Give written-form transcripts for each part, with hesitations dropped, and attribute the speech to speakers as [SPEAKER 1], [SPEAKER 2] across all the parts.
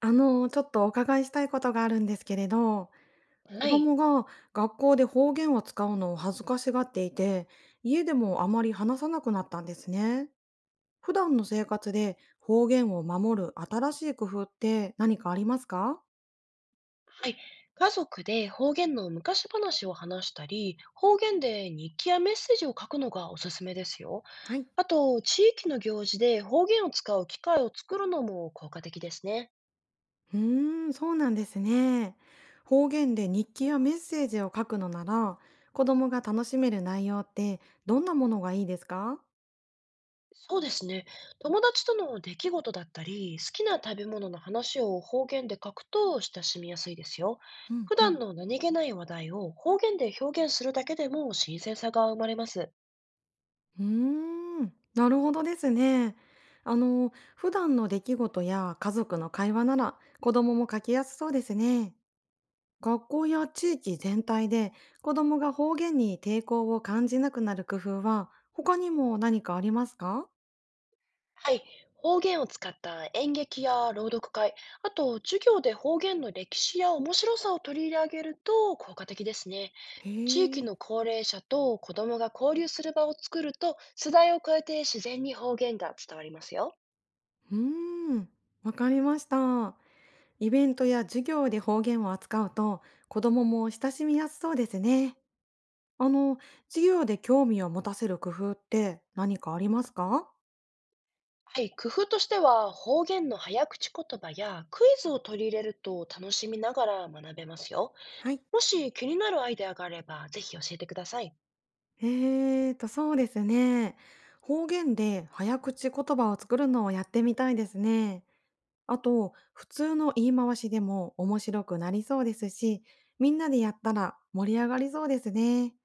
[SPEAKER 1] ちょっとお伺いしたいことがあるんですけれど、子
[SPEAKER 2] はい。
[SPEAKER 1] 供が学校で方言を使うのを恥ずかしがっていて、家でもあまり話さなくなったんですね。普段の生活で方言を守る新しい工夫って何かありますか？
[SPEAKER 2] はい。家族で方言の昔話を話したり、方言で日記やメッセージを書くのがおすすめですよ。
[SPEAKER 1] はい。
[SPEAKER 2] あと、地域の行事で方言を使う機会を作るのも効果的ですね。
[SPEAKER 1] うーん、そうなんですね。方言で日記やメッセージを書くのなら、子供が楽しめる内容ってどんなものがいいですか？
[SPEAKER 2] そうですね。友達との出来事だったり、好きな食べ物の話を方言で書くと親しみやすいですよ。
[SPEAKER 1] うん
[SPEAKER 2] 普
[SPEAKER 1] う
[SPEAKER 2] 段
[SPEAKER 1] ん。
[SPEAKER 2] の何気ない話題を方言で表現するだけでも新鮮さが生まれます。
[SPEAKER 1] うーん、なるほどですね。普段の出来事や家族の会話なら子供も書きやすそうですね。学校や地域全体で子供が方言に抵抗を感じなくなる工夫は他にも何かありますか？
[SPEAKER 2] はい、方言を使った演劇や朗読会、あと授業で方言の歴史や面白さを取り上げると効果的ですね。
[SPEAKER 1] へ
[SPEAKER 2] 地域
[SPEAKER 1] え。
[SPEAKER 2] の高齢者と子どもが交流する場を作ると、世代を超えて自然に方言が伝わりますよ。
[SPEAKER 1] うーん、わかりました。イベントや授業で方言を扱うと子供も親しみやすそうですね。あの、授業で興味を持たせる工夫って何かありますか？
[SPEAKER 2] はい、工夫としては方言の早口言葉やクイズを取り入れると楽しみながら学べますよ。
[SPEAKER 1] はい。
[SPEAKER 2] もし気になるアイデアがあれば、ぜひ教えてください。
[SPEAKER 1] そうですね。方言で早口言葉を作るのをやってみたいですね。あと、普通の言い回しでも面白くなりそうですし、みんなでやったら盛り上がりそうですね。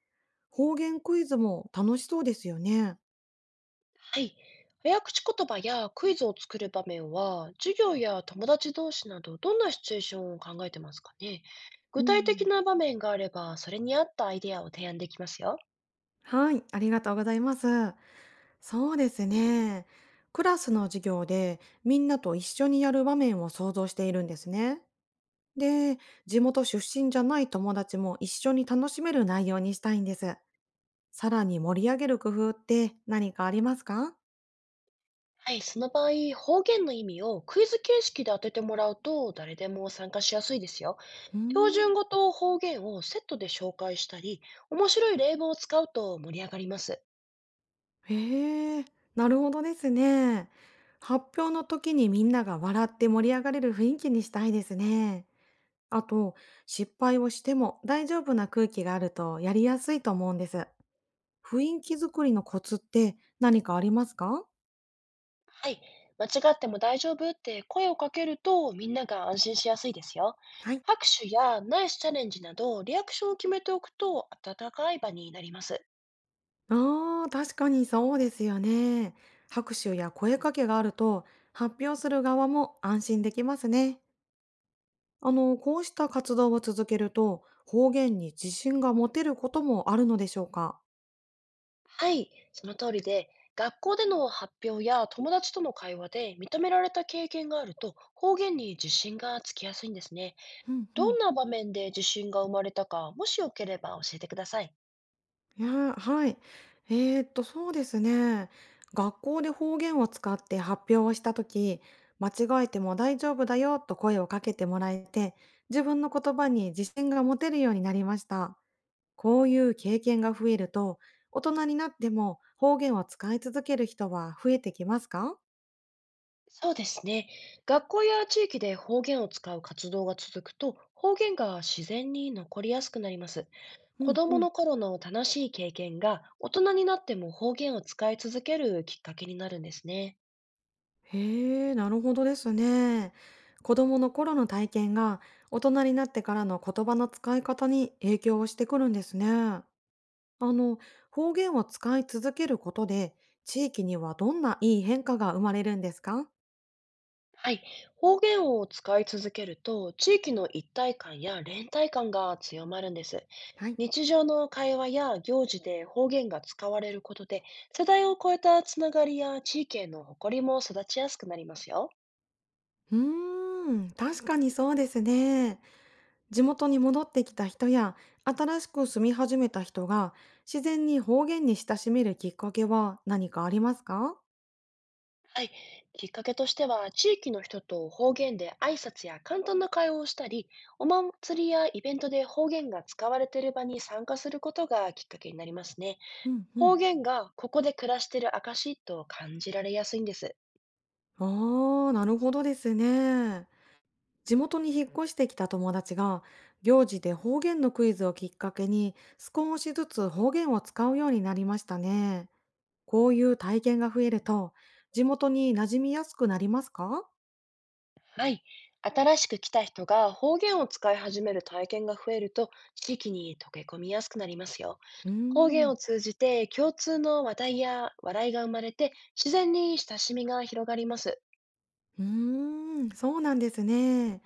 [SPEAKER 1] 方言クイズも楽しそうですよね。
[SPEAKER 2] はい。早口言葉やクイズを作る場面は、授業や友達同士など、どんなシチュエーションを考えてますかね？
[SPEAKER 1] う
[SPEAKER 2] 具体的
[SPEAKER 1] ん、
[SPEAKER 2] な場面があれば、それに合ったアイデアを提案できますよ。
[SPEAKER 1] はい、ありがとうございます。そうですね。クラスの授業でみんなと一緒にやる場面を想像しているんですね。で、地元出身じゃない友達も一緒に楽しめる内容にしたいんです。さらに盛り上げる工夫って何かありますか？
[SPEAKER 2] はい、その場合、方言の意味をクイズ形式で当ててもらうと、誰でも参加しやすいですよ。
[SPEAKER 1] うー
[SPEAKER 2] 標
[SPEAKER 1] ん。
[SPEAKER 2] 準語と方言をセットで紹介したり、面白い例文を使うと盛り上がります。
[SPEAKER 1] へえ、なるほどですね。発表の時にみんなが笑って盛り上がれる雰囲気にしたいですね。あと、失敗をしても大丈夫な空気があるとやりやすいと思うんです。雰囲気作りのコツって何かありますか？
[SPEAKER 2] はい。間違っても大丈夫って声をかけるとみんなが安心しやすいですよ。
[SPEAKER 1] はい。
[SPEAKER 2] 拍手やナイスチャレンジなどリアクションを決めておくと温かい場になります。
[SPEAKER 1] ああ、確かにそうですよね。拍手や声かけがあると、発表する側も安心できますね。こうした活動を続けると、方言に自信が持てることもあるのでしょうか？
[SPEAKER 2] はい。その通りで、学校での発表や友達との会話で認められた経験があると方言に自信がつきやすいんですね。
[SPEAKER 1] うんう
[SPEAKER 2] ど
[SPEAKER 1] ん、
[SPEAKER 2] んな場面で自信が生まれたか、もしよければ教えてください。
[SPEAKER 1] いやー、はい。そうですね。学校で方言を使って発表をしたとき、間違えても大丈夫だよと声をかけてもらえて、自分の言葉に自信が持てるようになりました。こういう経験が増えると、大人になっても方言を使い続ける人は増えてきますか？
[SPEAKER 2] そうですね。学校や地域で方言を使う活動が続くと、方言が自然に残りやすくなります。
[SPEAKER 1] う
[SPEAKER 2] 子
[SPEAKER 1] んう
[SPEAKER 2] 供
[SPEAKER 1] ん。
[SPEAKER 2] の頃の楽しい経験が大人になっても方言を使い続けるきっかけになるんですね。
[SPEAKER 1] へえ、なるほどですね。子供の頃の体験が大人になってからの言葉の使い方に影響をしてくるんですね。あの、方言を使い続けることで地域にはどんないい変化が生まれるんですか？
[SPEAKER 2] はい。方言を使い続けると、地域の一体感や連帯感が強まるんです。
[SPEAKER 1] はい。
[SPEAKER 2] 日常の会話や行事で方言が使われることで、世代を超えたつながりや地域への誇りも育ちやすくなりますよ。
[SPEAKER 1] うーん、確かにそうですね。地元に戻ってきた人や新しく住み始めた人が自然に方言に親しめるきっかけは何かありますか？
[SPEAKER 2] はい、きっかけとしては、地域の人と方言で挨拶や簡単な会話をしたり、お祭りやイベントで方言が使われている場に参加することがきっかけになりますね。
[SPEAKER 1] うんうん。
[SPEAKER 2] 方言がここで暮らしている証と感じられやすいんです。
[SPEAKER 1] ああ、なるほどですね。地元に引っ越してきた友達が行事で方言のクイズをきっかけに少しずつ方言を使うようになりましたね。こういう体験が増えると地元に馴染みやすくなりますか？
[SPEAKER 2] はい、新しく来た人が方言を使い始める体験が増えると、地域に溶け込みやすくなりますよ。
[SPEAKER 1] うー
[SPEAKER 2] 方言
[SPEAKER 1] ん。
[SPEAKER 2] を通じて共通の話題や笑いが生まれて、自然に親しみが広がります。
[SPEAKER 1] うーん、そうなんですね。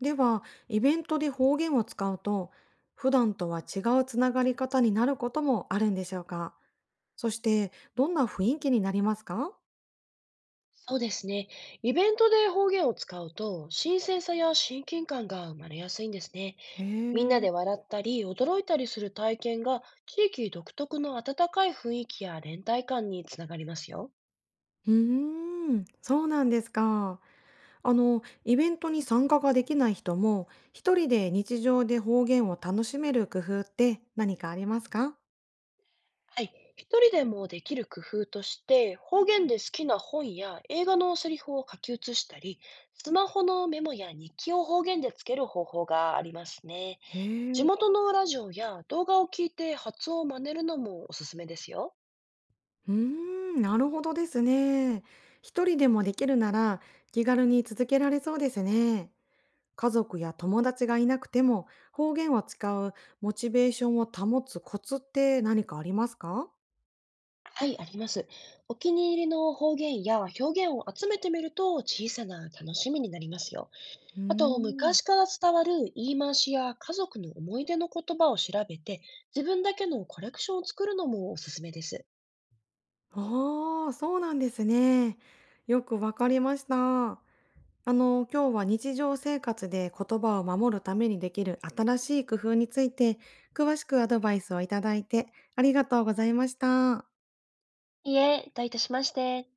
[SPEAKER 1] では、イベントで方言を使うと、普段とは違うつながり方になることもあるんでしょうか？そして、どんな雰囲気になりますか？
[SPEAKER 2] そうですね。イベントで方言を使うと、新鮮さや親近感が生まれやすいんですね。
[SPEAKER 1] へ
[SPEAKER 2] みんな
[SPEAKER 1] え。
[SPEAKER 2] で笑ったり、驚いたりする体験が、地域独特の温かい雰囲気や連帯感につながりますよ。
[SPEAKER 1] うーん、そうなんですか。イベントに参加ができない人も、一人で日常で方言を楽しめる工夫って何かありますか？
[SPEAKER 2] はい。一人でもできる工夫として、方言で好きな本や映画のセリフを書き写したり、スマホのメモや日記を方言でつける方法がありますね。
[SPEAKER 1] へ
[SPEAKER 2] 地
[SPEAKER 1] え。
[SPEAKER 2] 元のラジオや動画を聞いて発音を真似るのもおすすめですよ。
[SPEAKER 1] うーん、なるほどですね。一人でもできるなら気軽に続けられそうですね。家族や友達がいなくても方言を使うモチベーションを保つコツって何かありますか？
[SPEAKER 2] はい、あります。お気に入りの方言や表現を集めてみると小さな楽しみになりますよ。
[SPEAKER 1] うー
[SPEAKER 2] あと、
[SPEAKER 1] ん、
[SPEAKER 2] 昔から伝わる言い回しや家族の思い出の言葉を調べて、自分だけのコレクションを作るのもおすすめです。
[SPEAKER 1] ああ、そうなんですね。よくわかりました。今日は日常生活で言葉を守るためにできる新しい工夫について詳しくアドバイスをいただいてありがとうございました。
[SPEAKER 2] いいえ、どういたしまして。